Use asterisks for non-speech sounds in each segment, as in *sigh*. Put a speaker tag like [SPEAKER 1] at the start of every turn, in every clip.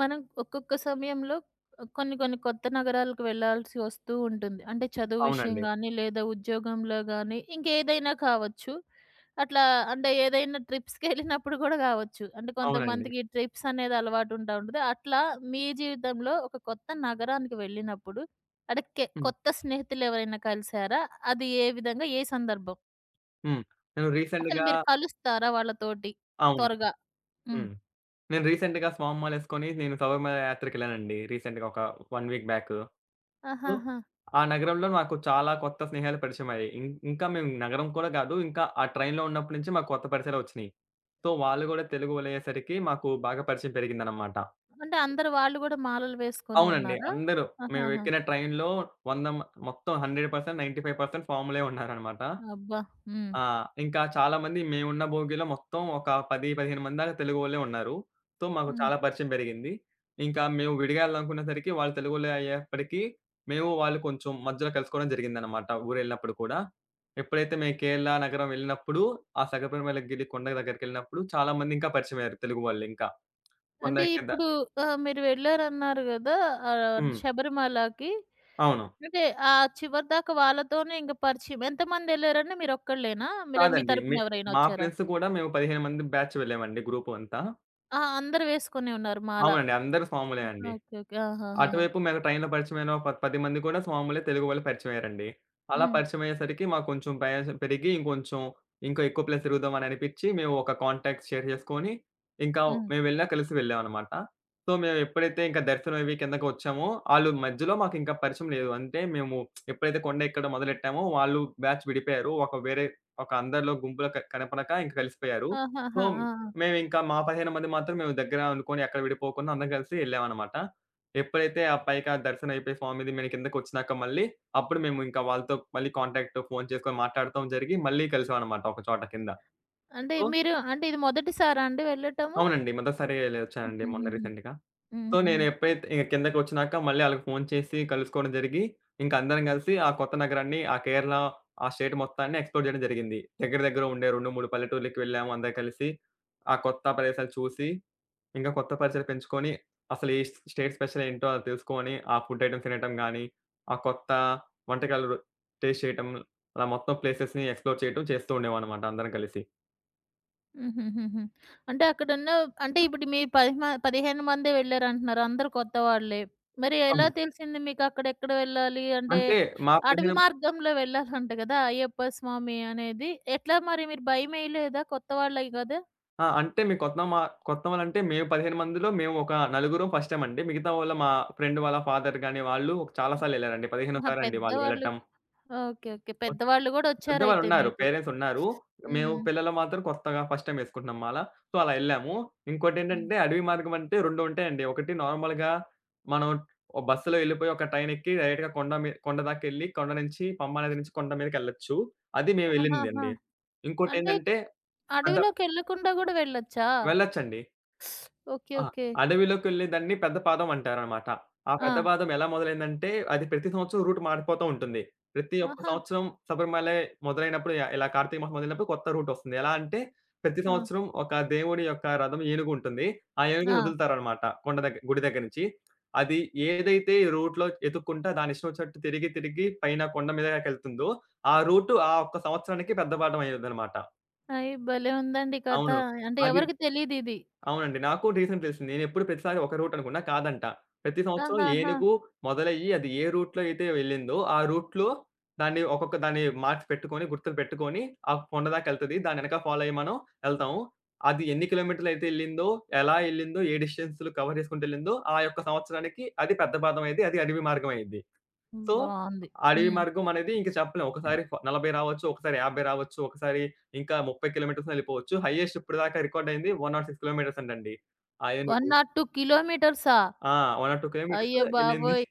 [SPEAKER 1] మనం ఒక్కొక్క సమయంలో కొన్ని కొన్ని కొత్త నగరాలకు వెళ్ళాల్సి వస్తూ ఉంటుంది. అంటే చదువు విషయం
[SPEAKER 2] అవునండి.
[SPEAKER 1] గానీ, లేదా ఉద్యోగంలో గానీ, ఇంకేదైనా కావచ్చు. అట్లా అంటే ఏదైనా ట్రిప్స్‌కెళ్ళినప్పుడు గూడా గావచ్చు. అంటే
[SPEAKER 2] అవునండి.
[SPEAKER 1] కొంతమందికి ట్రిప్స్ అనేది అలవాటు ఉంటా ఉంటది. అట్లా మీ జీవితంలో ఒక కొత్త నగరానికి వెళ్ళినప్పుడు అడక్కే
[SPEAKER 2] హ్మ్.
[SPEAKER 1] కొత్త స్నేహితులెవరైనా కలిసారా? అది ఏ విధంగా? ఏ సందర్భం?
[SPEAKER 2] హ్మ్. నేను
[SPEAKER 1] అసలు
[SPEAKER 2] రీసెంట్‌గా
[SPEAKER 1] మీరు కలుస్తారా వాళ్ళతోటి
[SPEAKER 2] అవునండి.
[SPEAKER 1] త్వరగా? హ్మ్.
[SPEAKER 2] హ్మ్. నేను రీసెంట్‌గా స్వామిమాలేసుకొని నేను శబరిమల యాత్రకెళ్ళానండి. రీసెంట్‌గా ఒక 1 వీక్ బ్యాక్. సో,
[SPEAKER 1] ఆహాహా!
[SPEAKER 2] ఆ నగరంలో నాకు చాలా కొత్త స్నేహాలు పరిచయమయ్యాయి. ఇంకా మేము నగరం కూడా కాదు. ఇంకా ఆ ట్రైన్‌లో ఉన్నప్పటి నుంచి మాకు కొత్త పరిచయాలొచ్చినియి. సో, వాళ్ళు గూడా తెలుగోళ్ళయ్యేసరికి మాకు బాగా పరిచయం పెరిగిందనమాట.
[SPEAKER 1] అంటే అందరూ వాళ్ళు గూడా మాలలు వేసుకొనే
[SPEAKER 2] అవునండి.
[SPEAKER 1] ఉన్నారా?
[SPEAKER 2] అందరూ
[SPEAKER 1] ఆహాహా!
[SPEAKER 2] మేమెక్కిన ట్రైన్‌లో 100 మొత్తం 100% 95% స్వాములే ఉన్నారనమాట.
[SPEAKER 1] అబ్బా! హ్మ్.
[SPEAKER 2] ఆ, ఇంకా చాలామంది మేమున్న భోగిలో మొత్తం ఒక 10, 15 మంది దాకా తెలుగోళ్ళే ఉన్నారు. సో, మాకు
[SPEAKER 1] హ్మ్.
[SPEAKER 2] చాలా పరిచయం పెరిగింది. ఇంకా మేము విడిగా ఎళ్ళాలనుకునేసరికి వాళ్ళు తెలుగోళ్ళే అయ్యేప్పటికి, మేము వాళ్ళు కొంచెం మధ్యలో కలుసుకోవడం జరిగిందనమాట ఊరెళ్ళినప్పుడు కూడా. ఎప్పుడైతే మేము కేరళ నగరం వెళ్ళినప్పుడు, ఆ సగపరిమలగిరి కొండ దగ్గరికెళ్ళినప్పుడు చాలామంది ఇంకా పరిచయమయ్యారు తెలుగు వాళ్ళింకా. కొండ
[SPEAKER 1] అంటే
[SPEAKER 2] కింద.
[SPEAKER 1] ఇప్పుడు మీరు వెళ్లారన్నారు గదా!
[SPEAKER 2] హ్మ్.
[SPEAKER 1] శబరిమలకి.
[SPEAKER 2] అవును.
[SPEAKER 1] అంటే ఆ చివరి దాకా వాళ్ళతోనే ఇంక పరిచయం. ఎంతమందెళ్లారండి? మీరొక్కళ్ళేనా? మీ లేదా మీ
[SPEAKER 2] కాదండి. మే
[SPEAKER 1] తరపున ఎవరైనా
[SPEAKER 2] మా
[SPEAKER 1] ఒచ్చారా?
[SPEAKER 2] ఫ్రెండ్స్ కూడా మేము 15 మంది బ్యాచ్ వెళ్ళామండి గ్రూప్ అంతా.
[SPEAKER 1] ఆ! అందరూ వేసుకొనే ఉన్నారు మాల.
[SPEAKER 2] అవునండి. అందరూ మామూలే
[SPEAKER 1] ఆ!
[SPEAKER 2] అండి.
[SPEAKER 1] ఓకే. ఓకే. ఆహాహాహా!
[SPEAKER 2] అటువైపు మేము ట్రైన్‌లో పరిచయమైన ఒక 10 మంది కూడా మామూలే తెలుగు వాళ్ళు పరిచయమయ్యారండి. అలా
[SPEAKER 1] హ్మ్.
[SPEAKER 2] పరిచయమయ్యేసరికి మాకు కొంచెం ప్రయాసం పెరిగి ఇంకొంచెం ఇంకా ఎక్కువ ప్లేస్ తిరుగుదాం అని అనిపిచ్చి మేము ఒక కాంటాక్ట్ షేర్ చేసుకొని, ఇంకా
[SPEAKER 1] హ్మ్.
[SPEAKER 2] మేము వెళ్ళినా కలిసి వెళ్ళామనమాట. సో, మేము ఎప్పుడైతే ఇంకా దర్శనం అవి కిందకి వచ్చామో, ఆళ్ళు మధ్యలో మాకింకా పరిచయం లేదు. అంటే మేము ఎప్పుడైతే కొండ ఎక్కడం మొదలెట్టామో వాళ్ళు బ్యాచ్ విడిపోయారు. ఒక వేరే ఒక అందరిలో గుంపులో కనపడక ఇంక కలిసిపోయారు. సో,
[SPEAKER 1] ఆహాహా! ఆ!
[SPEAKER 2] మేమింకా మా 15 మంది మాత్రం మేము దగ్గర అనుకోని ఎక్కడ విడిపోకుండా అందరం కలిసి ఎళ్ళామనమాట. ఎప్పుడైతే ఆ పైకి ఆ దర్శనం అయిపోయి స్వామిది మేము కిందకొచ్చినాక మళ్ళీ, అప్పుడు మేము ఇంకా వాళ్ళతో మళ్ళీ కాంటాక్ట్, ఫోను చేసుకొని మాట్లాడటం జరిగి మళ్ళీ కలిసామనమాట ఒక చోట కింద.
[SPEAKER 1] అంటే
[SPEAKER 2] సో,
[SPEAKER 1] మీరు అంటే ఇది మొదటిసారా అండి వెళ్ళటము?
[SPEAKER 2] అవునండి. మొదటిసారి ఎళ్ళొచ్చానండి మొన్న
[SPEAKER 1] హుహుహుహు.
[SPEAKER 2] రీసెంట్‌గా.
[SPEAKER 1] హ్మ్.
[SPEAKER 2] సో,
[SPEAKER 1] హ్మ్.
[SPEAKER 2] నేను ఎప్పుడైతే ఇంక కిందకొచ్చినాక మళ్ళీ ఆళ్ళకి ఫోను చేసి కలుసుకోవడం జరిగి, ఇంక అందరం కలిసి ఆ కొత్త నగరాన్ని, ఆ కేరళ, ఆ స్టేట్ మొత్తాన్ని ఎక్స్‌ప్లోర్ చేయడం జరిగింది. దగ్గర దగ్గర ఉండే 2, 3 పల్లెటూర్లకి వెళ్ళాము అందరూ కలిసి. ఆ కొత్త ప్రదేశాలు చూసి ఇంకా కొత్త పరిచయాలు పెంచుకొని, అసలు ఏ స్ స్టేట్ స్పెషల్ ఏంటో అది తెలుసుకొని, ఆ ఫుడ్ ఐటెమ్స్ తినటం గానీ, ఆ కొత్త వంటకాలు టేస్ట్ చేయటం, అలా మొత్తం ప్లేసెస్‌ని ఎక్స్‌ప్లోర్ చేయటం చేస్తూ ఉండేవాన్నమాట అందరం కలిసి.
[SPEAKER 1] హుహుహుహు. అంటే అక్కడున్న అంటే ఇప్పుడు మీరు 10 మ 15 మందే వెళ్లారంటున్నారు. అందరూ కొత్త వాళ్ళే. మరి ఎలా
[SPEAKER 2] అవును.
[SPEAKER 1] తెలిసింది మీకక్కడెక్కడ వెళ్ళాలి? అంటే
[SPEAKER 2] అంటే మా
[SPEAKER 1] అడవి
[SPEAKER 2] 15
[SPEAKER 1] మార్గంలో వెళ్ళాలంట గదా! అయ్యప్ప స్వామి అనేది. ఎట్లా మరి మీరు భయమేయలేదా? కొత్త వాళ్ళే గదా!
[SPEAKER 2] ఆ, అంటే మేము కొత్త కొత్త వాళ్ళంటే మేము 15 మందిలో మేము ఒక నలుగురం ఫస్ట్ టైమ్ అండి. మిగతా వాళ్ళు మా ఫ్రెండ్ వాళ్ళ ఫాదర్ గాని వాళ్ళు చాలా సార్లెళ్లారండి. 15
[SPEAKER 1] ఆహా!
[SPEAKER 2] సారండి వాళ్ళు
[SPEAKER 1] పెద్దవాళ్ళు
[SPEAKER 2] వెళ్ళటం.
[SPEAKER 1] ఓకే. ఓకే. పెద్దవాళ్ళు గూడా వచ్చారైతే
[SPEAKER 2] పెద్దవాళ్ళున్నారు.
[SPEAKER 1] మీకు.
[SPEAKER 2] పేరెంట్స్ ఉన్నారు. మేము
[SPEAKER 1] హ్మ్.
[SPEAKER 2] పిల్లలు మాత్రం కొత్తగా ఫస్ట్ టైమ్ ఎసుకుంటున్నాం మాల. సో, అలా ఎళ్ళాము.
[SPEAKER 1] హ్మ్.
[SPEAKER 2] ఇంకోటేంటంటే అడవి మార్గం అంటే 2 ఉంటాయండి. ఒకటి నార్మల్‌గా మనం ఓ బస్సులో ఎళ్ళిపోయి ఒక ట్రైన్ ఎక్కి డైరెక్ట్‌గా కొండ కొండ దాకెళ్ళి కొండ నుంచి పంబా నది నుంచి కొండ మీదకెళ్ళొచ్చు. అది మేము
[SPEAKER 1] ఆహాహా!
[SPEAKER 2] వెళ్ళిందండి.
[SPEAKER 1] అంటే
[SPEAKER 2] ఇంకోటేందంటే పెద్ద
[SPEAKER 1] అడవిలోకెళ్ళకుండా గూడా వెళ్ళొచ్చా?
[SPEAKER 2] వెళ్ళొచ్చండి.
[SPEAKER 1] ఓకే.
[SPEAKER 2] ఆ,
[SPEAKER 1] ఓకే.
[SPEAKER 2] అడవిలోకెళ్ళే దాన్ని పెద్ద పాదం అంటారనమాట. ఆ పెద్ద
[SPEAKER 1] ఆ!
[SPEAKER 2] పాదం ఎలా మొదలైందంటే, అది ప్రతి సంవత్సరం రూట్ మారిపోతూ ఉంటుంది. ప్రతి ఒక్క
[SPEAKER 1] ఆహా!
[SPEAKER 2] సంవత్సరం శబరిమలై మొదలైనప్పుడు ఇలా కార్తీక మాసం మొదలైనప్పుడు కొత్త రూట్ వస్తుంది. ఎలా అంటే ప్రతి
[SPEAKER 1] ఆ!
[SPEAKER 2] సంవత్సరం ఒక దేవుడి యొక్క రథం ఏనుగు ఉంటుంది. ఆ ఏనుగుని
[SPEAKER 1] ఆ!
[SPEAKER 2] వదులుతారనమాట కొండ దగ్గర గుడి దగ్గర నుంచి. అది ఏదైతే ఈ రూట్‌లో ఎతుక్కుంటా దాని ఇష్టం వచ్చినట్టు తిరిగి తిరిగి పైన కొండ మీదకెళ్తుందో, ఆ రూట్ ఆ ఒక్క సంవత్సరానికి పెద్ద పాఠం అయ్యిదనమాట.
[SPEAKER 1] అయ్! భలే ఉందండి కథ.
[SPEAKER 2] అవును.
[SPEAKER 1] అంటే
[SPEAKER 2] అది
[SPEAKER 1] ఎవరికీ తెలీదిది.
[SPEAKER 2] అవునండి. నాకు రీసెంట్ తెలిసింది. నేనెప్పుడు ప్రతిసారి ఒక రూట్ అనుకున్నా కాదంట. ప్రతి సంవత్సరం
[SPEAKER 1] ఆహాహా!
[SPEAKER 2] ఏనుగు మొదలయ్యి అది ఏ రూట్‌లో అయితే వెళ్ళిందో, ఆ రూట్‌లో దాన్ని ఒక్కొక్క దాన్ని మార్క్స్ పెట్టుకొని, గుర్తులు పెట్టుకొని, ఆ కొండ దాకెళ్తది. దానెనక ఫాలో అయ్యి మనం ఎళ్తాము. అది ఎన్ని కిలోమీటర్లయితే ఎళ్ళిందో, ఎలా ఎళ్ళిందో, ఏ డిస్టెన్స్‌లు కవర్ చేసుకుంటూ ఎళ్ళిందో, ఆ యొక్క సంవత్సరానికి అది పెద్ద పాదం అయ్యిద్ది. అది అడవి మార్గం అయ్యిద్ది. సో,
[SPEAKER 1] బావుంది.
[SPEAKER 2] అడవి
[SPEAKER 1] హ్మ్.
[SPEAKER 2] మార్గం అనేది ఇంక చెప్పలేం. ఒకసారి 40 రావచ్చు, ఒకసారి 50 రావచ్చు, ఒకసారి ఇంకా 30 కిలోమీటర్స్ ఎళ్ళిపోవచ్చు. హైయెస్ట్ ఇప్పటిదాకా రికార్డ్ అయింది 106 కిలోమీటర్స్ అంటండి. ఆ ఏనుగు.
[SPEAKER 1] 102 కిలోమీటర్సా?
[SPEAKER 2] ఆ, 102 కిలోమీటర్స్
[SPEAKER 1] అయ్య
[SPEAKER 2] ఎళ్ళింది.
[SPEAKER 1] బాబోయ్!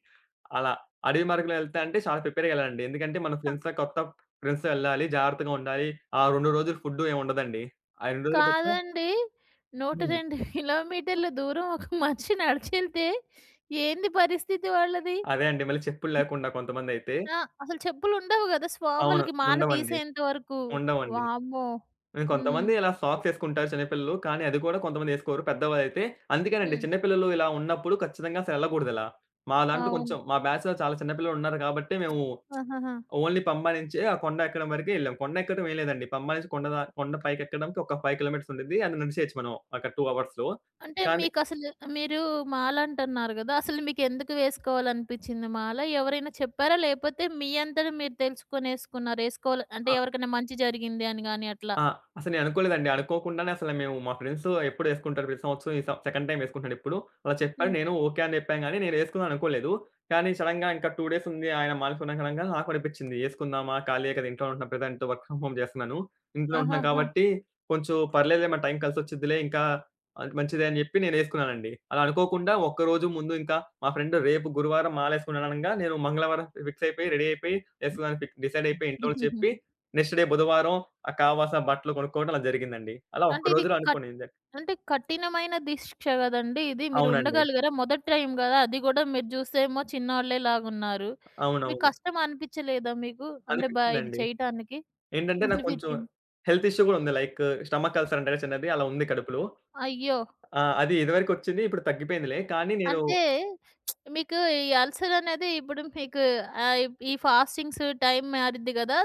[SPEAKER 2] అలా. అడవి మార్గంలో ఎళ్తా అంటే చాలా ప్రిపేర్‌గా ఎళ్ళాలండి. ఎందుకంటే మన
[SPEAKER 1] క
[SPEAKER 2] ఫ్రెండ్స్‌తో ఎళ్ళాలి, జాగ్రత్తగా ఉండాలి. ఆ 2 రోజులు ఫుడ్డు ఏమి ఉండదండి. ఆ 2 రోజులు గూడా.
[SPEAKER 1] కాదండి.
[SPEAKER 2] హ్మ్.
[SPEAKER 1] 102 *laughs* కిలోమీటర్ల దూరం ఒక మనిషి నడిచెళ్తే ఏంది పరిస్థితి వాళ్ళది?
[SPEAKER 2] అదే అండి. మళ్ళీ చెప్పులు లేకుండా కొంతమందైతే
[SPEAKER 1] ఆ! అసలు చెప్పులుండవు గదా!
[SPEAKER 2] అవును.
[SPEAKER 1] స్వాములకి మాల
[SPEAKER 2] ఉండవండి.
[SPEAKER 1] తీసేంత వరకు.
[SPEAKER 2] ఉండవండి.
[SPEAKER 1] వామ్మో!
[SPEAKER 2] హ్మ్.
[SPEAKER 1] హ్మ్.
[SPEAKER 2] కొంతమంది ఇలా సాక్స్ ఏసుకుంటారు చిన్నపిల్లలు. కానీ అది కూడా కొంతమంది ఏసుకోరు పెద్దవాళ్ళైతే. అందుకేనండి
[SPEAKER 1] హ్మ్.
[SPEAKER 2] చిన్నపిల్లలు ఇలా ఉన్నప్పుడు ఖచ్చితంగా అసలెళ్ళకూడదిలా. మా దాంట్లో
[SPEAKER 1] అవును.
[SPEAKER 2] కొంచెం మా బ్యాచ్‌లో చాలా చిన్న పిల్లలున్నారు కాబట్టి మేము
[SPEAKER 1] ఆహాహా!
[SPEAKER 2] ఓన్లీ పంబా నుంచే ఆ కొండ ఎక్కడం వరకే ఎళ్ళాం. కొండ ఎక్కడం ఏం లేదండి. పంబా నుంచి కొండ కొండ పైకెక్కడానికి ఒక 5 కిలోమీటర్స్ ఉండిద్ది. అది నడిచేయొచ్చు మనం ఒక 2 అవర్స్‌లో.
[SPEAKER 1] అంటే
[SPEAKER 2] కానీ
[SPEAKER 1] మీకసలు మీరు మాలంటన్నారు గదా! అసలు మీకెందుకు వేసుకోవాలనిపిచ్చింది మాల? ఎవరైనా చెప్పారా? లేపోతే మీ అంతట మీరు తెలుసుకొనేసుకున్నారా? ఏసుకోవాలి అంటే ఎవరికైనా మంచి జరిగింది అని గాని అట్లా?
[SPEAKER 2] ఆ, అసలు నేను అనుకోలేదండి. అనుకోకుండానే అసలు మేము మా ఫ్రెండ్స్ ఎప్పుడు ఎసుకుంటారు ప్రతి సంవత్సరం. ఈ సెకండ్ టైమ్ ఎసుకుంటున్నాడిప్పుడు. అలా చెప్పారు.
[SPEAKER 1] హ్మ్.
[SPEAKER 2] నేను ఓకే అని చెప్పాను గానీ, నేను ఎసుకుందాం అనుకోలేదు. కానీ సడెన్‌గా ఇంకా 2 డేస్ ఉంది. ఆయన మానుకున్నాం అనంగా నాకు అనిపించింది. ఎసుకుందామా? ఖాళీయే కదా! ఇంట్లో ఉంటున్నా ప్రెజెంట్ వర్క్ ఫ్రమ్ హోమ్ చేస్తున్నాను. ఇంట్లో ఉంటున్నాం
[SPEAKER 1] ఆహాహా!
[SPEAKER 2] కాబట్టి కొంచెం పర్లేదులే మన టైం కలిసొచ్చిద్దిలే ఇంకా అది మంచిదే అని చెప్పి నేను ఎసుకున్నానండి. అలా అనుకోకుండా ఒక్కరోజు ముందు ఇంకా మా ఫ్రెండ్ రేపు గురువారం మాలేసుకున్నాడనంగా నేను మంగళవారం ఫిక్స్ అయిపోయి, రెడీ అయిపోయి ఎసుకుందామని డిసైడ్ అయిపోయి ఇంట్లోళ్ళకి చెప్పి
[SPEAKER 1] హుహుహుహు.
[SPEAKER 2] నెక్స్ట్ డే బుధవారం ఆ కావాసా బట్టలు కొనుక్కోవడం అలా జరిగిందండి. అలా ఒక్క
[SPEAKER 1] అంటే ఇది
[SPEAKER 2] రోజులో
[SPEAKER 1] కట్
[SPEAKER 2] అనుకోనింది.
[SPEAKER 1] అంటే కఠినమైన దీక్ష గదండీ ఇది. మీరు
[SPEAKER 2] అవునండి.
[SPEAKER 1] ఉండగలిగారా? మొదటి టైం గదా! అది గూడా మీరు జూస్తేమో చిన్నోళ్ళేలాగున్నారు. మీకు
[SPEAKER 2] అవునవును.
[SPEAKER 1] కష్టం అనిపిచ్చలేదా మీకు? అంటే బా ఇది
[SPEAKER 2] అనిపించిందండి.
[SPEAKER 1] చేయటానికి
[SPEAKER 2] ఏంటంటే నాకు కొంచెం
[SPEAKER 1] అనిపిచ్చింది.
[SPEAKER 2] హెల్త్ ఇష్యూ గూడా ఉంది. లైక్ స్టమక్ అల్సర్ అంటారు కదా! చిన్నది అలా ఉంది కడుపులో.
[SPEAKER 1] అయ్యో!
[SPEAKER 2] ఆ, అది ఇదివరకు ఒచ్చింది. ఇప్పుడు తగ్గిపోయిందిలే. కానీ నేను
[SPEAKER 1] అంటే మీకు ఈ అల్సరనేది ఇప్పుడు మీకు ఆహ్, ఈ ఫాస్టింగ్స్ టైమ్ మారిద్ది గదా!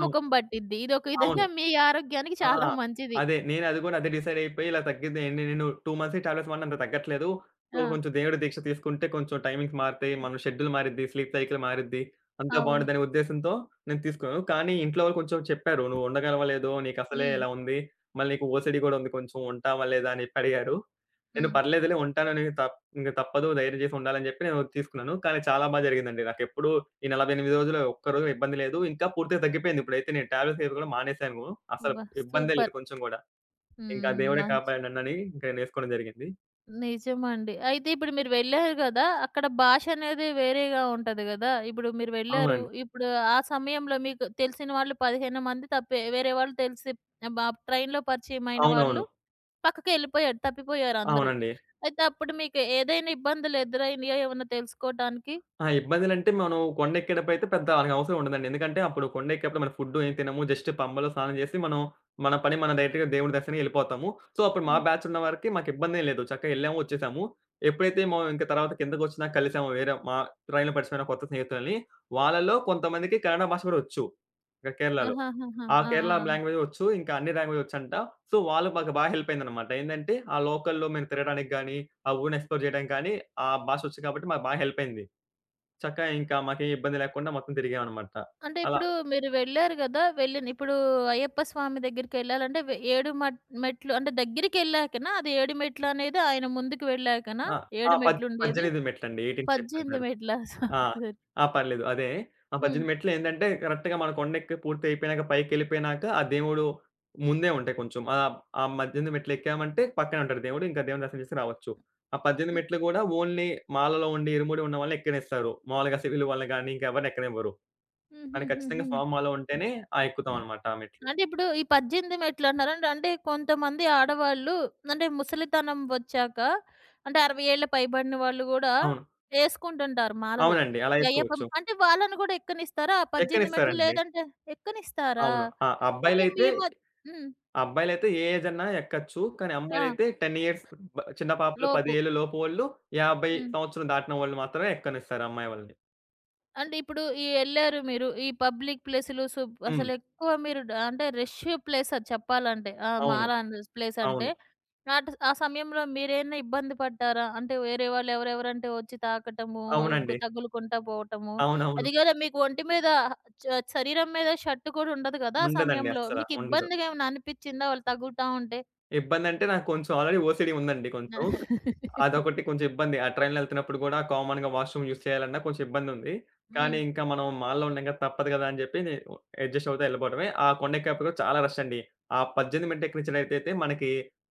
[SPEAKER 2] అవును.
[SPEAKER 1] పట్టిద్ది. ఇదొక
[SPEAKER 2] అవును.
[SPEAKER 1] విధంగా మీ ఆరోగ్యానికి
[SPEAKER 2] ఆ,
[SPEAKER 1] చాలా మంచిది.
[SPEAKER 2] అదే. నేను అది కూడా అదే డిసైడ్ అయిపోయి ఇలా తగ్గిద్ది ఏంటి నేను 2 మంత్స్ ఈ టాబ్లెట్స్ వాడినా అంత తగ్గట్లేదు. సో,
[SPEAKER 1] ఆ!
[SPEAKER 2] కొంచెం దేవుడి దీక్ష తీసుకుంటే కొంచెం టైమింగ్స్ మారతాయి. మన షెడ్యూల్ మారిద్ది. స్లీప్ సైకిల్ మారిద్ది. అంతా
[SPEAKER 1] అవును.
[SPEAKER 2] బావుండిద్దనే ఉద్దేశంతో నేను తీసుకున్నాను. కానీ ఇంట్లో వాళ్ళు కొంచెం చెప్పారు. "నువ్వు ఉండగలవా? లేదో నీకసలే
[SPEAKER 1] హ్మ్.
[SPEAKER 2] ఇలా ఉంది. మళ్ళీ నీకు ఓసీడీ కూడా ఉంది కొంచెం ఉంటావా? లేదా?" అని చెప్పి అడిగారు. నేను
[SPEAKER 1] హ్మ్.
[SPEAKER 2] పర్లేదులే ఉంటానని ఇంక తప్పదు ధైర్యం చేసి ఉండాలని చెప్పి నేను తీసుకున్నాను. కానీ చాలా బా జరిగిందండి. నాకెప్పుడూ ఈ 48 రోజులు ఒక్కరోజు ఇబ్బంది లేదు. ఇంకా పూర్తిగా తగ్గిపోయింది. ఇప్పుడైతే నేను టాబ్లెట్స్ ఏవి కూడా మానేసాను. అసలు
[SPEAKER 1] అబ్బా!
[SPEAKER 2] ఇబ్బందే లేదు
[SPEAKER 1] సూపర్.
[SPEAKER 2] కొంచెం గూడా. ఇంకా
[SPEAKER 1] హ్మ్.
[SPEAKER 2] దేవుడే
[SPEAKER 1] మంచి
[SPEAKER 2] కాపాడాడు నన్నని ఇంక నేసుకోవడం జరిగింది.
[SPEAKER 1] నిజమండి. అయితే ఇప్పుడు మీరు వెళ్లారు గదా! అక్కడ భాష అనేది వేరేగా ఉంటది గదా! ఇప్పుడు మీరు వెళ్లారు.
[SPEAKER 2] అవునండి.
[SPEAKER 1] ఇప్పుడు ఆ సమయంలో మీకు తెలిసిన వాళ్ళు 15 మంది తప్పే వేరే వాళ్ళు తెలిసి బ ట్రైన్‌లో పరిచయమైన వాళ్ళు
[SPEAKER 2] అవునవును.
[SPEAKER 1] పక్కకెళ్ళిపోయాడు. తప్పిపోయారు అందరూ.
[SPEAKER 2] అవునండి.
[SPEAKER 1] అయితే అప్పుడు మీకు ఏదైనా ఇబ్బందులు ఎదురైనయా ఏమన్నా తెలుసుకోటానికి?
[SPEAKER 2] ఆ, ఇబ్బందులంటే మనం కొండెక్కేటప్పుడైతే పెద్ద అలాగ అవసరం ఉండదండి. ఎందుకంటే అప్పుడు కొండెక్కేప్పుడు మనం ఫుడ్డు ఏం తినము. జస్ట్ పంబలో స్నానం చేసి మనం మన పని మనం డైరెక్ట్‌గా దేవుడి దర్శనానికి ఎళ్ళిపోతాము. సో, అప్పుడు మా
[SPEAKER 1] హ్మ్.
[SPEAKER 2] బ్యాచ్ ఉన్న వరకి మాకిబ్బందేం లేదు. చక్కగా ఎళ్ళాము, వచ్చేసాము. ఎప్పుడైతే మేము ఇంక తర్వాత కిందకొచ్చినాక కలిసాము వేరే మా ట్రైన్‌లో పరిచయమైన కొత్త స్నేహితులని. వాళ్ళలో కొంతమందికి కన్నడ భాష కూడా వచ్చు. ఇక్కడ కేరళలో.
[SPEAKER 1] ఆహాహాహా!
[SPEAKER 2] ఆ
[SPEAKER 1] ఆ! ఆ!
[SPEAKER 2] కేరళ
[SPEAKER 1] ఆ!
[SPEAKER 2] లాంగ్వేజ్ వచ్చు. ఇంకా అన్ని లాంగ్వేజ్ వచ్చంట. సో, వాళ్ళు మాకు బాగా హెల్ప్ అయిందనమాట. ఏందంటే ఆ లోకల్‌లో మేము తిరగడానికి గాని, ఆ ఊరిని ఎక్స్‌ప్లోర్ చేయడానికి గాని, ఆ భాష వచ్చు కాబట్టి మాకు బాగా హెల్ప్ అయింది. చక్కగా ఇంకా మాకేం ఇబ్బంది లేకుండా మొత్తం తిరిగామనమాట.
[SPEAKER 1] అంటే
[SPEAKER 2] అలా.
[SPEAKER 1] ఇప్పుడు మీరు వెళ్లారు గదా! వెళ్ళిన ఇప్పుడు అయ్యప్ప స్వామి దగ్గరికెళ్ళాలంటే వె ఏడు మట్ మెట్లు అంటే దగ్గరికెళ్ళాకనా? అది ఏడు మెట్లనేది ఆయన ముందుకు వెళ్ళాకనా?
[SPEAKER 2] ఆ. ఆ,
[SPEAKER 1] 7 మెట్లుండేది?
[SPEAKER 2] 18 మెట్లండి. 18 స్టెప్స్
[SPEAKER 1] 18
[SPEAKER 2] అంటారు.
[SPEAKER 1] మెట్లా? *laughs* సారీ.
[SPEAKER 2] ఆ.
[SPEAKER 1] సారీ.
[SPEAKER 2] ఆ, పర్లేదు. అదే. ఆ
[SPEAKER 1] హ్మ్.
[SPEAKER 2] 18 మెట్లు ఏంటంటే కరెక్ట్‌గా మన కొండెక్కి పూర్తయిపోయినాక పైకెళ్ళిపోయినాక ఆ దేవుడు ముందే ఉంటాయి కొంచెం. ఆహ్, ఆ 18 మెట్లు ఎక్కామంటే పక్కనే ఉంటాడు దేవుడు. ఇంకా దేవుని దర్శనం చేసి రావచ్చు. ఆ 18
[SPEAKER 1] హ్మ్.
[SPEAKER 2] మెట్లు గూడా ఓన్లీ మాలలో ఉండి ఇరుముడి ఉన్న వాళ్ళని ఎక్కనిస్తారు. మాములుగా సివిల్ వాళ్ళని గాని ఇంకెవరిని ఎక్కనివ్వరు. కానీ ఖచ్చితంగా
[SPEAKER 1] హుహుహుహు.
[SPEAKER 2] స్వామి మాల ఉంటేనే ఆ ఎక్కుతాం అనమాట ఆ మెట్లు.
[SPEAKER 1] అంటే ఇప్పుడు ఈ 18 మెట్లు అంటున్నారండి. అంటే అంటే కొంతమంది ఆడవాళ్ళు అంటే ముసలితనం వచ్చాక అంటే 60 ఏళ్ల పైబడిన వాళ్ళు గూడా
[SPEAKER 2] అవును.
[SPEAKER 1] ఏసుకుంటుంటారు మాలలు.
[SPEAKER 2] అవునండి. అలా
[SPEAKER 1] అయ్యప్పం
[SPEAKER 2] ఎసుకోవచ్చు.
[SPEAKER 1] అంటే వాళ్ళని గూడా ఎక్కనిస్తారా? ఆ 18 మెట్లు
[SPEAKER 2] ఎక్కనిస్తారండి.
[SPEAKER 1] లేదంటే ఎక్కనిస్తారా?
[SPEAKER 2] అవును. ఆ.
[SPEAKER 1] అదే
[SPEAKER 2] అబ్బాయిలైతే
[SPEAKER 1] మీ మ హ్మ్.
[SPEAKER 2] అబ్బాయిలైతే ఏ ఏజ్ అన్నా ఎక్కొచ్చు. కానీ
[SPEAKER 1] ఆ!
[SPEAKER 2] అమ్మాయిలైతే 10 ఇయర్స్ చిన్న పాపలు 10
[SPEAKER 1] లోపు.
[SPEAKER 2] ఏళ్ల లోపోళ్ళు, 50
[SPEAKER 1] హ్మ్.
[SPEAKER 2] సంవత్సరం దాటిన వాళ్ళు మాత్రమే ఎక్కనిస్తారు అమ్మాయి వాళ్ళని.
[SPEAKER 1] అంటే ఇప్పుడు ఈ ఎళ్లారు మీరు. ఈ పబ్లిక్ ప్లేసులు
[SPEAKER 2] హ్మ్.
[SPEAKER 1] అసలెక్కువ మీరు అంటే రష్ ప్లేస్ అది చెప్పాలంటే. ఆ!
[SPEAKER 2] అవును.
[SPEAKER 1] మారాన్ ప్లేస్ అంటే.
[SPEAKER 2] అవును.
[SPEAKER 1] ఆ సమయంలో మీరేమైనా ఇబ్బంది పడ్డారా? అంటే వేరే వాళ్ళు ఎవరెవరంటే వచ్చి తాకటము,
[SPEAKER 2] అవునండి.
[SPEAKER 1] తగులుకుంటా పోవటము.
[SPEAKER 2] అవునవును.
[SPEAKER 1] అది కాదా మీకు ఒంటి మీద చ శరీరం మీద షర్ట్ కూడా ఉండదు కదా! ఆ
[SPEAKER 2] ఉండదండి
[SPEAKER 1] సమయంలో.
[SPEAKER 2] అస్సల.
[SPEAKER 1] మీకు
[SPEAKER 2] ఉండదు.
[SPEAKER 1] ఇబ్బందిగా ఏమైనా అనిపిచ్చిందా వాళ్ళు తగులుతా ఉంటే?
[SPEAKER 2] ఇబ్బందంటే నాకు కొంచెం ఆల్రెడీ ఓసీడీ ఉందండి కొంచెం. అదొకటి కొంచెం ఇబ్బంది. ఆ ట్రైన్‌లో ఎళ్తున్నప్పుడు గూడా కామన్‌గా వాష్‌రూమ్ యూజ్ చేయాలన్నా కొంచెం ఇబ్బందుంది.
[SPEAKER 1] హ్మ్.
[SPEAKER 2] కానీ ఇంకా మనం మాల్‌లో ఉన్నాం కదా! తప్పదు గదా అని జెప్పి అడ్జస్ట్ అవుతా ఎళ్ళిపోవడమే. ఆ కొండెక్కేప్పుడు కూడా చాలా రష్ అండి. ఆ 18 మెట్లు ఎక్కించడైతేతే మనకి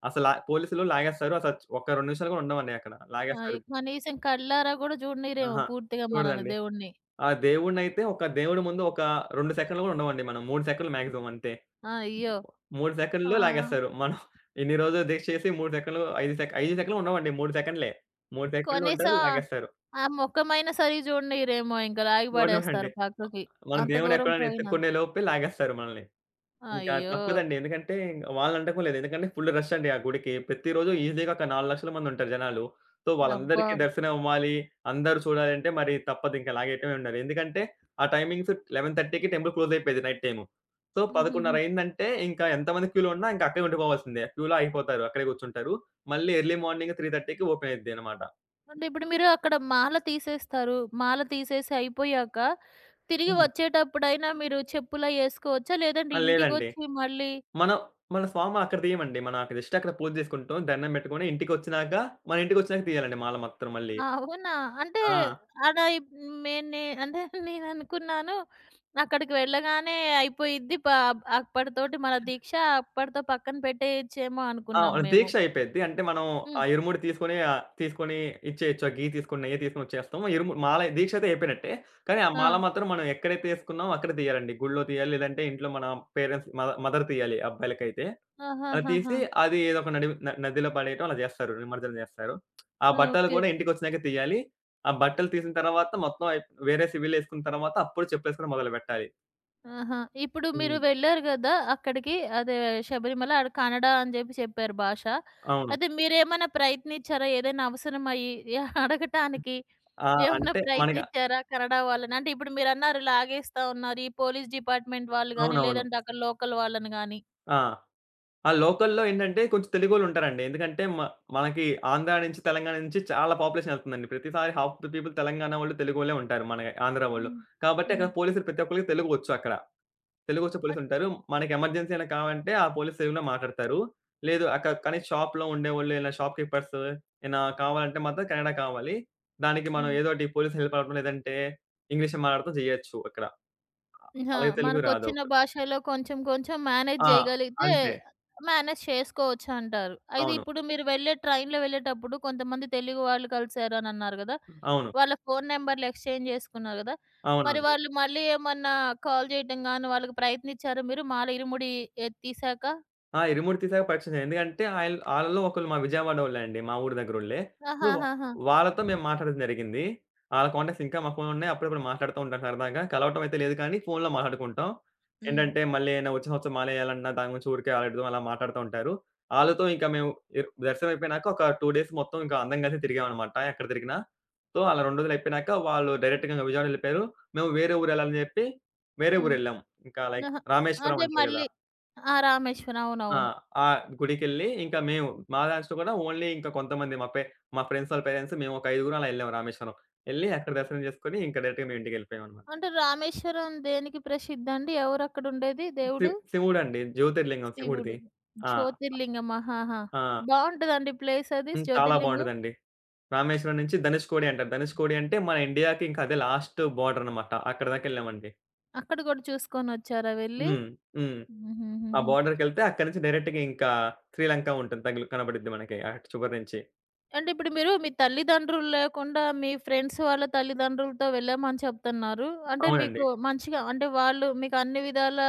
[SPEAKER 2] అసల పోలీసులు లాగేస్తారు. అసలు ఒక 2 నిమిషాలు గూడా ఉండమండి అక్కడ.
[SPEAKER 1] ఆ!
[SPEAKER 2] లాగేస్తారు.
[SPEAKER 1] కనీసం కళ్ళారా కూడా చూడనీయరేమో
[SPEAKER 2] ఆహా!
[SPEAKER 1] పూర్తిగా మనల్ని
[SPEAKER 2] చూడదండి.
[SPEAKER 1] దేవుడిని.
[SPEAKER 2] ఆ దేవుడినైతే ఒక దేవుడి ముందు ఒక 2 సెకన్లు గూడా ఉండమండి మనం. 3 సెకన్లు మాక్సిమం అంతే.
[SPEAKER 1] అయ్యో!
[SPEAKER 2] 3 సెకన్‌లో
[SPEAKER 1] ఆ!
[SPEAKER 2] లాగేస్తారు. మనం ఇన్ని రోజులు దీక్ష చేసి 3 సెకన్లు, 5 సెకన్లు ఉండవండి. 3 సెకన్లే. 3 సెకన్లు ఉంటారు.
[SPEAKER 1] కనీసం
[SPEAKER 2] లాగేస్తారు.
[SPEAKER 1] ఆ మొక్కమైనా సరిగ్గా చూడనీయరేమో ఇంక లాగి
[SPEAKER 2] అవునండి.
[SPEAKER 1] పడేస్తారు పక్కకి.
[SPEAKER 2] మనం
[SPEAKER 1] అంత
[SPEAKER 2] దేవుడిని
[SPEAKER 1] దూరం
[SPEAKER 2] ఎక్కడైనా ఎతుక్కునే
[SPEAKER 1] పోయినందుకు.
[SPEAKER 2] లోపే లాగేస్తారు మనల్ని. ఇంకా
[SPEAKER 1] అయ్యో!
[SPEAKER 2] తప్పదండి. ఎందుకంటే వాళ్ళని అనటం లేదు. ఎందుకంటే ఫుల్ రష్ అండి ఆ గుడికి. ప్రతిరోజు ఈజీగా ఒక 4,00,000 మంది ఉంటారు జనాలు. సో,
[SPEAKER 1] అబ్బా!
[SPEAKER 2] వాళ్ళందరికీ దర్శనం అవ్వాలి. అందరూ చూడాలంటే మరి తప్పదు ఇంకా లాగేయటమే ఉన్నారు. ఎందుకంటే ఆ టైమింగ్స్ 11:30కి టెంపుల్ క్లోజ్ అయిపోయేది నైట్ టైము. సో,
[SPEAKER 1] హుహుహు.
[SPEAKER 2] 11:30 అయిందంటే ఇంకా ఎంతమంది క్యూలో ఉన్నా ఇంకా అక్కడే ఉండిపోవాల్సిందే. క్యూలో ఆగిపోతారు. అక్కడే కూర్చుంటారు. మళ్ళీ ఎర్లీ మార్నింగ్ 3:30కి ఓపెన్ అయిద్దనమాట.
[SPEAKER 1] అంటే ఇప్పుడు మీరు అక్కడ మాల తీసేస్తారు. మాల తీసేసి అయిపోయాక తిరిగి
[SPEAKER 2] హ్మ్.
[SPEAKER 1] వచ్చేటప్పుడైనా మీరు చెప్పులయేసుకోవచ్చా? లేదంటే
[SPEAKER 2] ఆ, లేదండి.
[SPEAKER 1] ఇంటికొచ్చి మళ్ళీ
[SPEAKER 2] మనం మన స్వామ అక్కడ తీయమండి. మనం అక్కడ జస్ట్ అక్కడ పూజ చేసుకుంటాం. దండం పెట్టుకొని ఇంటికొచ్చినాక మన ఇంటికొచ్చినాక తీయాలండి మాల మాత్రం మళ్ళీ.
[SPEAKER 1] అవునా? అంటే
[SPEAKER 2] ఆ.
[SPEAKER 1] అలా ఇప్ మే నే అంటే నేననుకున్నాను అక్కడికి వెళ్ళగానే అయిపోయిద్ది. అప్పటితోటి మన దీక్ష అప్పటితో పక్కన పెట్టేయచ్చేమో
[SPEAKER 2] ఆ,
[SPEAKER 1] అనుకున్నాం మేము.
[SPEAKER 2] దీక్ష అయిపోద్ది. అంటే మనం ఆ
[SPEAKER 1] హ్మ్.
[SPEAKER 2] ఇరుముడి తీసుకొని ఆహ్, తీసుకొని ఇచ్చేయొచ్చు. ఆ గీ తీసుకొని, నెయ్యి తీసుకొని వచ్చేస్తాం. ఇరుము మాల దీక్ష అయితే అయిపోయినట్టే. కానీ ఆ మాల
[SPEAKER 1] ఆ!
[SPEAKER 2] మాత్రం మనం ఎక్కడైతే ఏసుకున్నామో అక్కడ తీయాలండి. గుడిలో తీయాలి. లేదంటే ఇంట్లో మన పేరెంట్స్ మదర్ తీయాలి అబ్బాయిలకైతే. అది
[SPEAKER 1] ఆహాహాహా!
[SPEAKER 2] తీసి అది ఏదో ఒక నడి నదిలో పడేయటం అలా జేస్తారు. నిమజ్జనం జేస్తారు. ఆ బట్టలు
[SPEAKER 1] ఓకే.
[SPEAKER 2] కూడా
[SPEAKER 1] ఓకే.
[SPEAKER 2] ఇంటికొచ్చినాక తీయాలి. ఆ బట్టలు తీసిన తర్వాత మొత్తం అయి వేరే సివిలేసుకున్న తర్వాత అప్పుడు చెప్పులేసుకోవడం మొదలుపెట్టాలి.
[SPEAKER 1] ఆహా! ఇప్పుడు మీరు
[SPEAKER 2] హ్మ్.
[SPEAKER 1] వెళ్లారు గదా! అక్కడికి అదే శబరిమల ఆడ కన్నడ అని జెప్పి చెప్పారు భాష.
[SPEAKER 2] అవును.
[SPEAKER 1] అయితే మీరేమన్నా ప్రయత్నించారా? ఏదైనా అవసరమయ్యి అడగటానికి
[SPEAKER 2] ఆ,
[SPEAKER 1] ఏమన్నా
[SPEAKER 2] అంటే మనకి
[SPEAKER 1] ప్రయత్నించారా కన్నడ వాళ్ళని? అంటే ఇప్పుడు మీరన్నారు లాగేస్తా ఉన్నారు. ఈ పోలీస్ డిపార్ట్‌మెంట్ వాళ్ళు గాని,
[SPEAKER 2] అవునవును.
[SPEAKER 1] లేదంటే అక్కడ లోకల్ వాళ్ళని గాని.
[SPEAKER 2] ఆ, ఆ లోకల్‌లో ఏంటంటే కొంచెం తెలుగోళ్ళుంటారండి. ఎందుకంటే మనకి ఆంధ్ర నుంచి, తెలంగాణ నుంచి చాలా పాపులేషన్ ఎళ్తుందండి. ప్రతిసారి హాఫ్ ద పీపుల్ తెలంగాణ వాళ్ళు, తెలుగోళ్ళే ఉంటారు మన ఆంధ్ర వాళ్ళు.
[SPEAKER 1] హ్మ్.
[SPEAKER 2] కాబట్టి అక్కడ
[SPEAKER 1] హ్మ్.
[SPEAKER 2] పోలీసులు ప్రతి ఒక్కళ్ళకి తెలుగు వచ్చు అక్కడ. తెలుగొచ్చే
[SPEAKER 1] అట్
[SPEAKER 2] పోలీసుంటారు. మనకి ఎమర్జెన్సీ ఏమైనా కావాలంటే ఆ పోలీస్ తెలుగులో మాట్లాడతారు. లేదు కానీ షాప్‌లో ఉండేవాళ్ళు ఇలా షాప్ కీపర్స్ ఏమైనా కావాలంటే మాత్రం కన్నడ కావాలి. దానికి మనం
[SPEAKER 1] హ్మ్.
[SPEAKER 2] ఏదో ఒకటి పోలీస్ హెల్ప్ అడగడం లేదంటే ఇంగ్లీష్‌లో మాట్లాడడం చేయొచ్చు అక్కడ.
[SPEAKER 1] ఆ!
[SPEAKER 2] అలాగే తెలుగు రాదు
[SPEAKER 1] మనకొచ్చిన
[SPEAKER 2] అప్పుడు.
[SPEAKER 1] భాషలో కొంచెం కొంచెం మేనేజ్
[SPEAKER 2] ఆ,
[SPEAKER 1] చేయగలిగితే
[SPEAKER 2] అంతే.
[SPEAKER 1] మేనేజ్ చేసుకోవచ్చంటారు. అయితే
[SPEAKER 2] అవును.
[SPEAKER 1] ఇప్పుడు మీరు వెళ్ళే ట్రైన్‌లో వెళ్ళేటప్పుడు కొంతమంది తెలుగు వాళ్ళు కలిసారు అనన్నారు గదా!
[SPEAKER 2] అవును.
[SPEAKER 1] వాళ్ళ ఫోను నంబర్‌లు ఎక్స్‌చేంజ్ చేసుకున్నారు గదా! మరి
[SPEAKER 2] అవునండి.
[SPEAKER 1] వాళ్ళు మళ్ళీ ఏమన్నా కాల్ చేయటం గాని వాళ్ళకి ప్రయత్నించారా మీరు మాల ఇరుముడి తీశాక?
[SPEAKER 2] ఆ, ఇరుముడి తీశాక పరిచయం అయ్యారు. ఎందుకంటే ఆయిల్ ఆళ్ళలో ఒకళ్ళు మా విజయవాడోళ్ళే అండి. మా ఊరు దగ్గరోళ్ళే. సో,
[SPEAKER 1] ఆహాహాహా!
[SPEAKER 2] వాళ్ళతో మేము మాట్లాడడం జరిగింది. ఆళ్ళ కాంటాక్ట్స్ ఇంకా మా ఫోన్‌లో ఉన్నాయి. అప్పుడప్పుడు మాట్లాడుతూ ఉంటాం సరదాగా. కలవటం అయితే లేదు కానీ ఫోన్‌లో మాట్లాడుకుంటాం.
[SPEAKER 1] హ్మ్.
[SPEAKER 2] ఏంటంటే మళ్ళీ ఏమైనా వచ్చే సంవత్సరం మానేయాలన్నా దాని గురించి ఊరికే ఆలోచిద్దాం అలా మాట్లాడుతూ ఉంటారు. ఆళ్ళతో ఇంకా మేము దర్శనం అయిపోయినాక ఒక 2 డేస్ మొత్తం ఇంకా అందరం కలిసి తిరిగామనమాట ఎక్కడ తిరిగినా. సో, అలా 2 రోజులు అయిపోయినాక వాళ్ళు డైరెక్ట్‌గా విజయవాడ వెళ్ళిపోయారు. మేము వేరే ఊరెళ్ళాలని చెప్పి వేరే
[SPEAKER 1] హ్మ్.
[SPEAKER 2] ఊరెళ్ళాం. ఇంకా లైక్
[SPEAKER 1] ఆహా!
[SPEAKER 2] రామేశ్వరం
[SPEAKER 1] అంటే
[SPEAKER 2] అంటారు కదా!
[SPEAKER 1] మళ్ళీ ఆ! రామేశ్వరం.
[SPEAKER 2] ఆ.
[SPEAKER 1] అవునవును.
[SPEAKER 2] ఆ గుడికెళ్ళి ఇంకా మేము మా దాంట్లో కూడా ఓన్లీ ఇంకా కొంతమంది మా ఫ్రెండ్స్ వాళ్ళ పేరెంట్స్ మేము ఒక ఐదుగురం అలా ఎళ్ళాం రామేశ్వరం. ఎళ్లి అక్కడ దర్శనం చేసుకొని ఇంకా డైరెక్ట్‌గా మేము ఇంటికెళ్ళిపోయామనమాట.
[SPEAKER 1] అంటే రామేశ్వరం దేనికి ప్రసిద్ధండి? ఎవరక్కడుండేది దేవుడు?
[SPEAKER 2] శివుడండి జ్యోతిర్లింగం శివుడిది.
[SPEAKER 1] శివుడు.
[SPEAKER 2] ఆ.
[SPEAKER 1] జ్యోతిర్లింగం. ఆహాహా!
[SPEAKER 2] ఆ.
[SPEAKER 1] బావుంటదండి ప్లేస్ అది
[SPEAKER 2] హ్మ్. చాలా
[SPEAKER 1] జ్యోతిర్లింగం?
[SPEAKER 2] బావుంటదండి. రామేశ్వరం నుంచి ధనుష్కోడి అంటారు. ధనుష్కోడి అంటే మన ఇండియాకి ఇంకా అదే లాస్ట్ బోర్డర్ అనమాట. అక్కడి దాకా ఎళ్ళామండి.
[SPEAKER 1] అక్కడ గూడా చూసుకొనొచ్చారా వెళ్లి?
[SPEAKER 2] హ్మ్. హ్మ్. ఆ
[SPEAKER 1] హుహుహుహు.
[SPEAKER 2] బోర్డర్‌కెళ్తే అక్కడి నుంచి డైరెక్ట్‌గా ఇంకా శ్రీలంక ఉంటుంది. తగిలి కనపడిద్ది మనకి అటు చివరి నుంచి.
[SPEAKER 1] అంటే ఇప్పుడు మీరు మీ తల్లిదండ్రులు లేకుండా మీ ఫ్రెండ్స్ వాళ్ళ తల్లిదండ్రులతో వెళ్ళామని చెప్తున్నారు. అంటే
[SPEAKER 2] అవునండి.
[SPEAKER 1] మీకు మంచిగా అంటే వాళ్ళు మీకు అన్ని విధాలా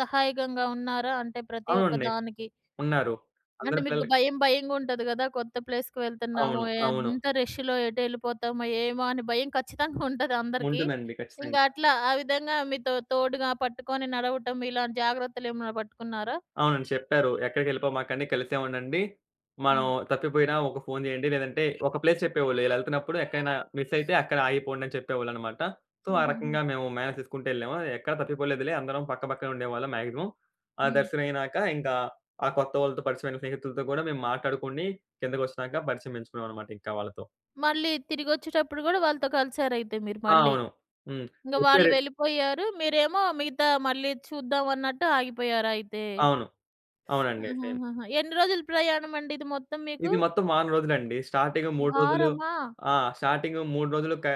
[SPEAKER 1] సహాయకంగా ఉన్నారా? అంటే ప్రతి ఒక్క
[SPEAKER 2] అవునండి.
[SPEAKER 1] దానికి.
[SPEAKER 2] ఉన్నారు.
[SPEAKER 1] అంటే
[SPEAKER 2] అందరి
[SPEAKER 1] మీకు
[SPEAKER 2] పిల్లలు.
[SPEAKER 1] భయం భయంగుంటది గదా! కొత్త ప్లేస్‌కి వెళ్తున్నాము.
[SPEAKER 2] అవును. అవును.
[SPEAKER 1] ఎంత రష్‌లో ఎటెళ్ళిపోతామో ఏమో అని భయం ఖచ్చితంగా ఉంటది అందరికి.
[SPEAKER 2] ఉంటుందండి.
[SPEAKER 1] ఇంక
[SPEAKER 2] ఖచ్చితంగా.
[SPEAKER 1] అట్లా ఆ విధంగా మీతో తోడుగా పట్టుకొని నడవటం ఇలాంటి జాగ్రత్తలేమైనా పట్టుకున్నారా?
[SPEAKER 2] అవునండి. చెప్పారు. ఎక్కడికెళ్ళిపోమాకండి. కలిసే ఉండండి. మనం
[SPEAKER 1] హ్మ్.
[SPEAKER 2] తప్పిపోయినా ఒక ఫోను జేయండి. లేదంటే ఒక ప్లేస్ చెప్పేవాళ్ళు. ఇలా ఎళ్తున్నప్పుడు ఎక్కడైనా మిస్ అయితే అక్కడ ఆగిపోండి అని చెప్పేవాళ్ళనమాట. సో, ఆ
[SPEAKER 1] హుహుహు.
[SPEAKER 2] రకంగా మేము మేనేజ్ చేసుకుంటూ ఎళ్ళాము. ఎక్కడ తప్పిపోలేదులే. అందరం పక్క పక్కనే ఉండేవాళ్ళం మాక్సిమం. ఆ
[SPEAKER 1] హ్మ్.
[SPEAKER 2] దర్శనమయినాక ఇంకా ఆ కొత్త వాళ్ళతో పరిచయమైన స్నేహితులతో గూడా మేము మాట్లాడుకొని కిందకొచ్చినాక పరిచయం పెంచుకున్నామనమాట ఇంకా వాళ్ళతో.
[SPEAKER 1] మళ్ళీ తిరిగొచ్చేటప్పుడు గూడా వాళ్ళతో కలిసారయితే మీరు
[SPEAKER 2] ఆ,
[SPEAKER 1] మళ్ళీ.
[SPEAKER 2] అవును. హ్మ్.
[SPEAKER 1] ఇంక వాళ్ళు
[SPEAKER 2] వచ్చారు.
[SPEAKER 1] వెళ్ళిపోయారు. మీరేమో మిగతా మళ్ళీ చూద్దాం అన్నట్టు ఆగిపోయారు అయితే.
[SPEAKER 2] అవును. అవునండి. సేమ్.
[SPEAKER 1] ఆహాహాహా! ఎన్ని రోజులు ప్రయాణమండి ఇది మొత్తం మీకు?
[SPEAKER 2] ఇది మొత్తం వారం రోజులండి. స్టార్టింగ్ 3 రోజులు.
[SPEAKER 1] వారమా?
[SPEAKER 2] ఆ, స్టార్టింగ్ 3 రోజులు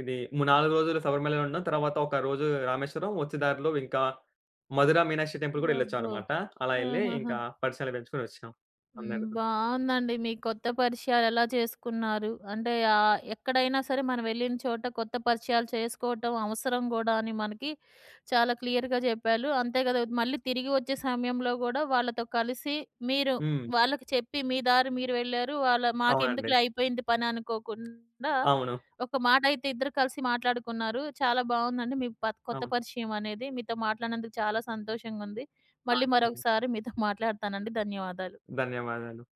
[SPEAKER 2] ఇది 4 రోజులు శబరిమలలో ఉన్నాం. తర్వాత ఒక రోజు రామేశ్వరం. వచ్చే దారిలో ఇంకా మధుర మీనాక్షి టెంపుల్ కూడా
[SPEAKER 1] అబ్బో!
[SPEAKER 2] ఎళ్ళొచ్చామనమాట. అలా ఎళ్లి
[SPEAKER 1] ఆహాహా!
[SPEAKER 2] ఇంకా పరిచయాలు పెంచుకొని వచ్చాం
[SPEAKER 1] హ్మ్.
[SPEAKER 2] అందరితో.
[SPEAKER 1] బావుందండి. మీ కొత్త పరిచయాలు ఎలా చేసుకున్నారు? అంటే ఎక్కడైనా సరే మనం వెళ్ళిన చోట కొత్త పరిచయాలు చేసుకోవటం అవసరం గూడా అని మనకి చాలా క్లియర్‌గా చెప్పాలు. అంతే కదా! మళ్ళీ తిరిగి వచ్చే సమయంలో గూడా వాళ్ళతో కలిసి మీరు
[SPEAKER 2] హ్మ్.
[SPEAKER 1] వాళ్ళకి చెప్పి మీ దారి మీరు వెళ్లారు. వాళ్ళ
[SPEAKER 2] అవునండి.
[SPEAKER 1] మాకెందుకులే అయిపోయింది పని అనుకోకుండా
[SPEAKER 2] అవును.
[SPEAKER 1] ఒక మాట అయితే ఇద్దరు కలిసి మాట్లాడుకున్నారు. చాలా బావుందండి. మీ కొత్త
[SPEAKER 2] అవును.
[SPEAKER 1] పరిచయం అనేది. మీతో మాట్లాడినందుకు చాలా సంతోషంగుంది. మళ్ళీ
[SPEAKER 2] నాకు
[SPEAKER 1] మరొకసారి మీతో మాట్లాడతానండి. ధన్యవాదాలు.
[SPEAKER 2] ధన్యవాదాలు.